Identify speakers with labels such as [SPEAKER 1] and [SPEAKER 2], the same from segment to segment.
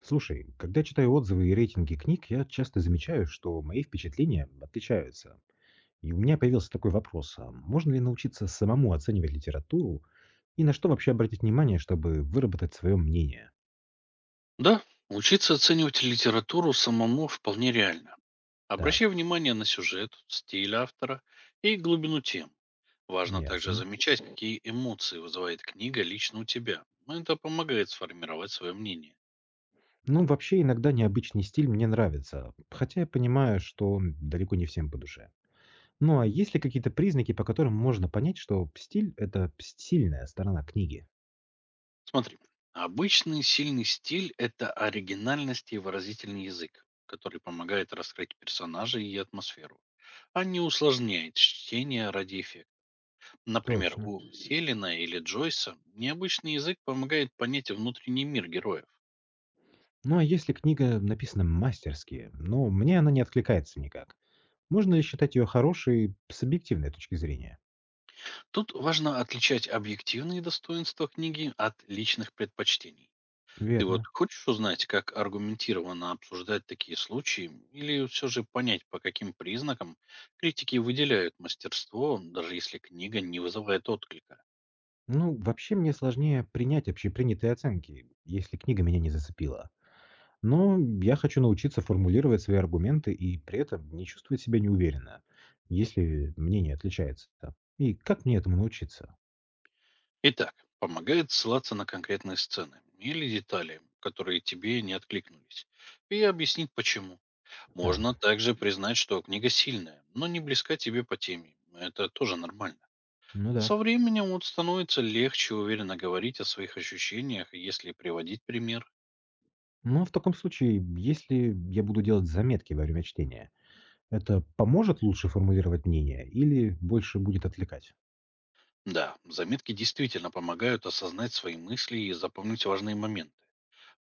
[SPEAKER 1] Слушай, когда читаю отзывы и рейтинги книг, я часто замечаю, что мои впечатления отличаются. И у меня появился такой вопрос, а можно ли научиться самому оценивать литературу и на что вообще обратить внимание, чтобы выработать свое мнение?
[SPEAKER 2] Да, учиться оценивать литературу самому вполне реально. Обращай
[SPEAKER 1] Так,
[SPEAKER 2] внимание на сюжет, стиль автора и глубину тем. Важно также
[SPEAKER 1] ясно.
[SPEAKER 2] замечать, какие эмоции вызывает книга лично у тебя. Это помогает сформировать свое мнение.
[SPEAKER 1] Ну, вообще иногда необычный стиль мне нравится, хотя я понимаю, что он далеко не всем по душе. Ну а есть ли какие-то признаки, по которым можно понять, что стиль– это сильная сторона книги?
[SPEAKER 2] Смотри, обычный сильный стиль– это оригинальность и выразительный язык, который помогает раскрыть персонажей и атмосферу, а не усложняет чтение ради эффекта. Например,
[SPEAKER 1] Точно.
[SPEAKER 2] у Селина или Джойса необычный язык помогает понять внутренний мир героев.
[SPEAKER 1] Ну а если книга написана мастерски, но мне она не откликается никак, можно ли считать ее хорошей с объективной точки зрения?
[SPEAKER 2] Тут важно отличать объективные достоинства книги от личных предпочтений. Ты вот
[SPEAKER 1] Верно.
[SPEAKER 2] хочешь узнать, как аргументированно обсуждать такие случаи, или все же понять, по каким признакам критики выделяют мастерство, даже если книга не вызывает отклика?
[SPEAKER 1] Ну, вообще мне сложнее принять общепринятые оценки, если книга меня не зацепила. Но я хочу научиться формулировать свои аргументы и при этом не чувствовать себя неуверенно, если мнение отличается. И как мне этому научиться?
[SPEAKER 2] Итак, помогает ссылаться на конкретные сцены или детали, которые тебе не откликнулись, и объяснить почему. Можно
[SPEAKER 1] Так,
[SPEAKER 2] также признать, что книга сильная, но не близка тебе по теме. Это тоже нормально.
[SPEAKER 1] ну да.
[SPEAKER 2] Со временем вот становится легче уверенно говорить о своих ощущениях, если приводить пример.
[SPEAKER 1] Ну, в таком случае, если я буду делать заметки во время чтения, это поможет лучше формулировать мнение или больше будет отвлекать?
[SPEAKER 2] Да, заметки действительно помогают осознать свои мысли и запомнить важные моменты.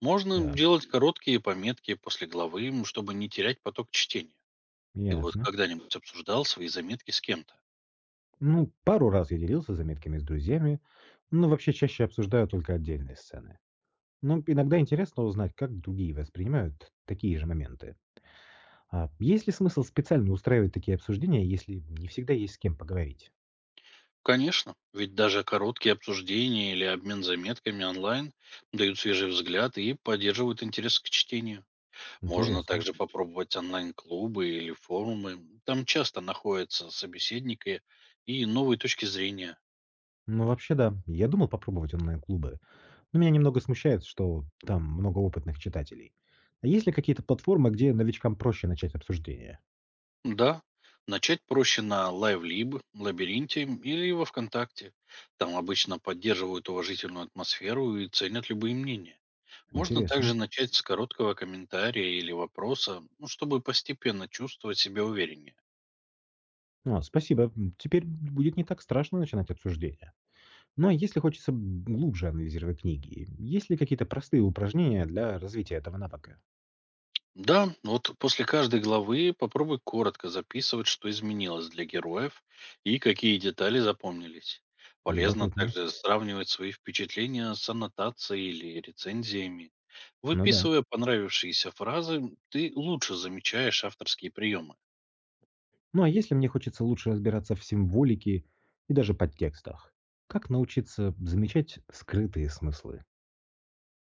[SPEAKER 2] Можно
[SPEAKER 1] Так,
[SPEAKER 2] делать короткие пометки после главы, чтобы не терять поток чтения. Ты вот
[SPEAKER 1] ясно.
[SPEAKER 2] когда-нибудь обсуждал свои заметки с кем-то?
[SPEAKER 1] Ну, пару раз я делился заметками с друзьями, но вообще чаще обсуждаю только отдельные сцены. Но иногда интересно узнать, как другие воспринимают такие же моменты. А есть ли смысл специально устраивать такие обсуждения, если не всегда есть с кем поговорить?
[SPEAKER 2] Конечно, ведь даже короткие обсуждения или обмен заметками онлайн дают свежий взгляд и поддерживают интерес к чтению. Можно
[SPEAKER 1] Интересно.
[SPEAKER 2] также попробовать онлайн-клубы или форумы. Там часто находятся собеседники и новые точки зрения.
[SPEAKER 1] Ну, вообще, да. Я думал попробовать онлайн-клубы, но меня немного смущает, что там много опытных читателей. А есть ли какие-то платформы, где новичкам проще начать обсуждение?
[SPEAKER 2] Да, начать проще на LiveLib, Лабиринте или во ВКонтакте. Там обычно поддерживают уважительную атмосферу и ценят любые мнения. Можно также
[SPEAKER 1] Интересно.
[SPEAKER 2] начать с короткого комментария или вопроса, ну, чтобы постепенно чувствовать себя увереннее.
[SPEAKER 1] А, спасибо. Теперь будет не так страшно начинать обсуждение. Ну а если хочется глубже анализировать книги, есть ли какие-то простые упражнения для развития этого навыка?
[SPEAKER 2] Да, вот после каждой главы попробуй коротко записывать, что изменилось для героев и какие детали запомнились. Полезно
[SPEAKER 1] Любопытно.
[SPEAKER 2] также сравнивать свои впечатления с аннотацией или рецензиями.
[SPEAKER 1] Ну да.
[SPEAKER 2] Выписывая понравившиеся фразы, ты лучше замечаешь авторские приемы.
[SPEAKER 1] Ну а если мне хочется лучше разбираться в символике и даже подтекстах, как научиться замечать скрытые смыслы?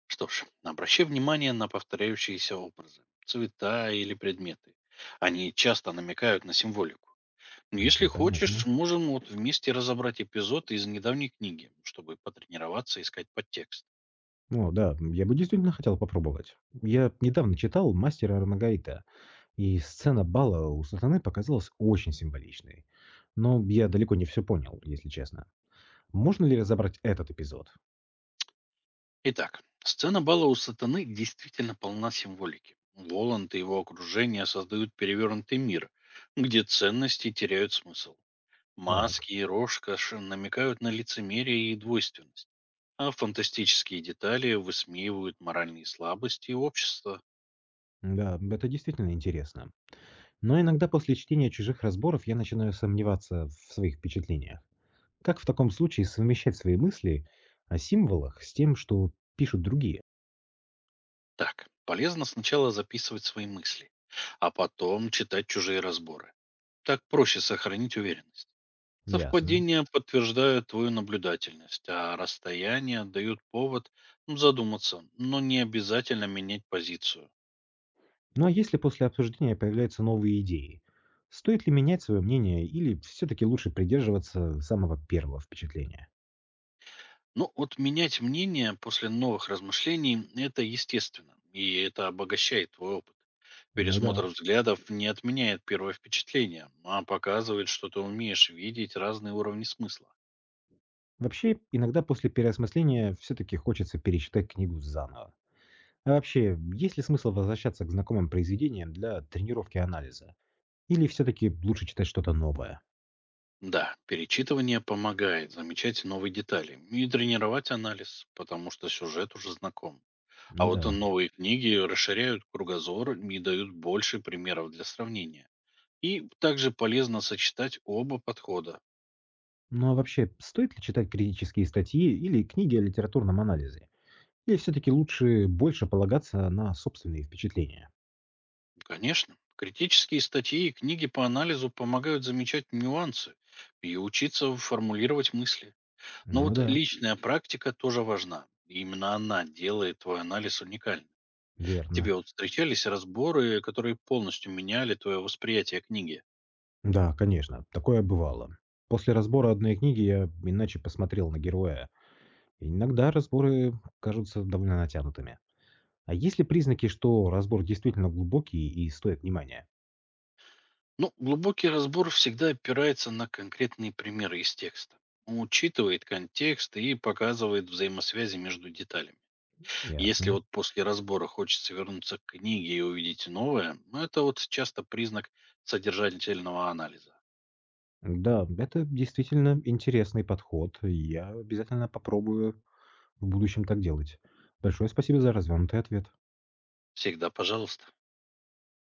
[SPEAKER 2] Что ж, обращай внимание на повторяющиеся образы, цвета или предметы. Они часто намекают на символику. Ну, если хочешь,
[SPEAKER 1] Понятно.
[SPEAKER 2] можем вот вместе разобрать эпизод из недавней книги, чтобы потренироваться искать подтекст.
[SPEAKER 1] О, да, я бы действительно хотел попробовать. Я недавно читал «Мастера и Маргарита», и сцена бала у сатаны показалась очень символичной. Но я далеко не все понял, если честно. Можно ли разобрать этот эпизод?
[SPEAKER 2] Итак, сцена бала у сатаны действительно полна символики. Воланд и его окружение создают перевернутый мир, где ценности теряют смысл.
[SPEAKER 1] Так,
[SPEAKER 2] Маски и рожка намекают на лицемерие и двойственность. А фантастические детали высмеивают моральные слабости общества.
[SPEAKER 1] да, это действительно интересно. Но иногда после чтения чужих разборов я начинаю сомневаться в своих впечатлениях. Как в таком случае совмещать свои мысли о символах с тем, что пишут другие?
[SPEAKER 2] Так, полезно сначала записывать свои мысли, а потом читать чужие разборы. Так проще сохранить уверенность.
[SPEAKER 1] Ясно.
[SPEAKER 2] Совпадения подтверждают твою наблюдательность, а расстояния дают повод задуматься, но не обязательно менять позицию.
[SPEAKER 1] Ну а если после обсуждения появляются новые идеи, стоит ли менять свое мнение или все-таки лучше придерживаться самого первого впечатления?
[SPEAKER 2] Ну вот менять мнение после новых размышлений– это естественно, и это обогащает твой опыт.
[SPEAKER 1] Ну да.
[SPEAKER 2] Пересмотр взглядов не отменяет первое впечатление, а показывает, что ты умеешь видеть разные уровни смысла.
[SPEAKER 1] Вообще, иногда после переосмысления все-таки хочется перечитать книгу заново. А вообще, есть ли смысл возвращаться к знакомым произведениям для тренировки анализа? Или все-таки лучше читать что-то новое?
[SPEAKER 2] Да, перечитывание помогает замечать новые детали и тренировать анализ, потому что сюжет уже знаком. А
[SPEAKER 1] Ну
[SPEAKER 2] вот
[SPEAKER 1] да.
[SPEAKER 2] новые книги расширяют кругозор и дают больше примеров для сравнения. И также полезно сочетать оба подхода.
[SPEAKER 1] Ну а вообще, стоит ли читать критические статьи или книги о литературном анализе? Или все-таки лучше больше полагаться на собственные впечатления?
[SPEAKER 2] Конечно, критические статьи и книги по анализу помогают замечать нюансы и учиться формулировать мысли. Но
[SPEAKER 1] Ну
[SPEAKER 2] вот
[SPEAKER 1] да,
[SPEAKER 2] личная практика тоже важна. Именно она делает твой анализ уникальным.
[SPEAKER 1] верно.
[SPEAKER 2] Тебе вот встречались разборы, которые полностью меняли твое восприятие книги.
[SPEAKER 1] Да, конечно, такое бывало. После разбора одной книги я иначе посмотрел на героя. Иногда разборы кажутся довольно натянутыми. А есть ли признаки, что разбор действительно глубокий и стоит внимания?
[SPEAKER 2] Ну, глубокий разбор всегда опирается на конкретные примеры из текста. Он учитывает контекст и показывает взаимосвязи между деталями. Если
[SPEAKER 1] Ясно.
[SPEAKER 2] вот после разбора хочется вернуться к книге и увидеть новое, ну, это вот часто признак содержательного анализа.
[SPEAKER 1] Да, это действительно интересный подход. Я обязательно попробую в будущем так делать. Большое спасибо за развернутый ответ.
[SPEAKER 2] Всегда пожалуйста.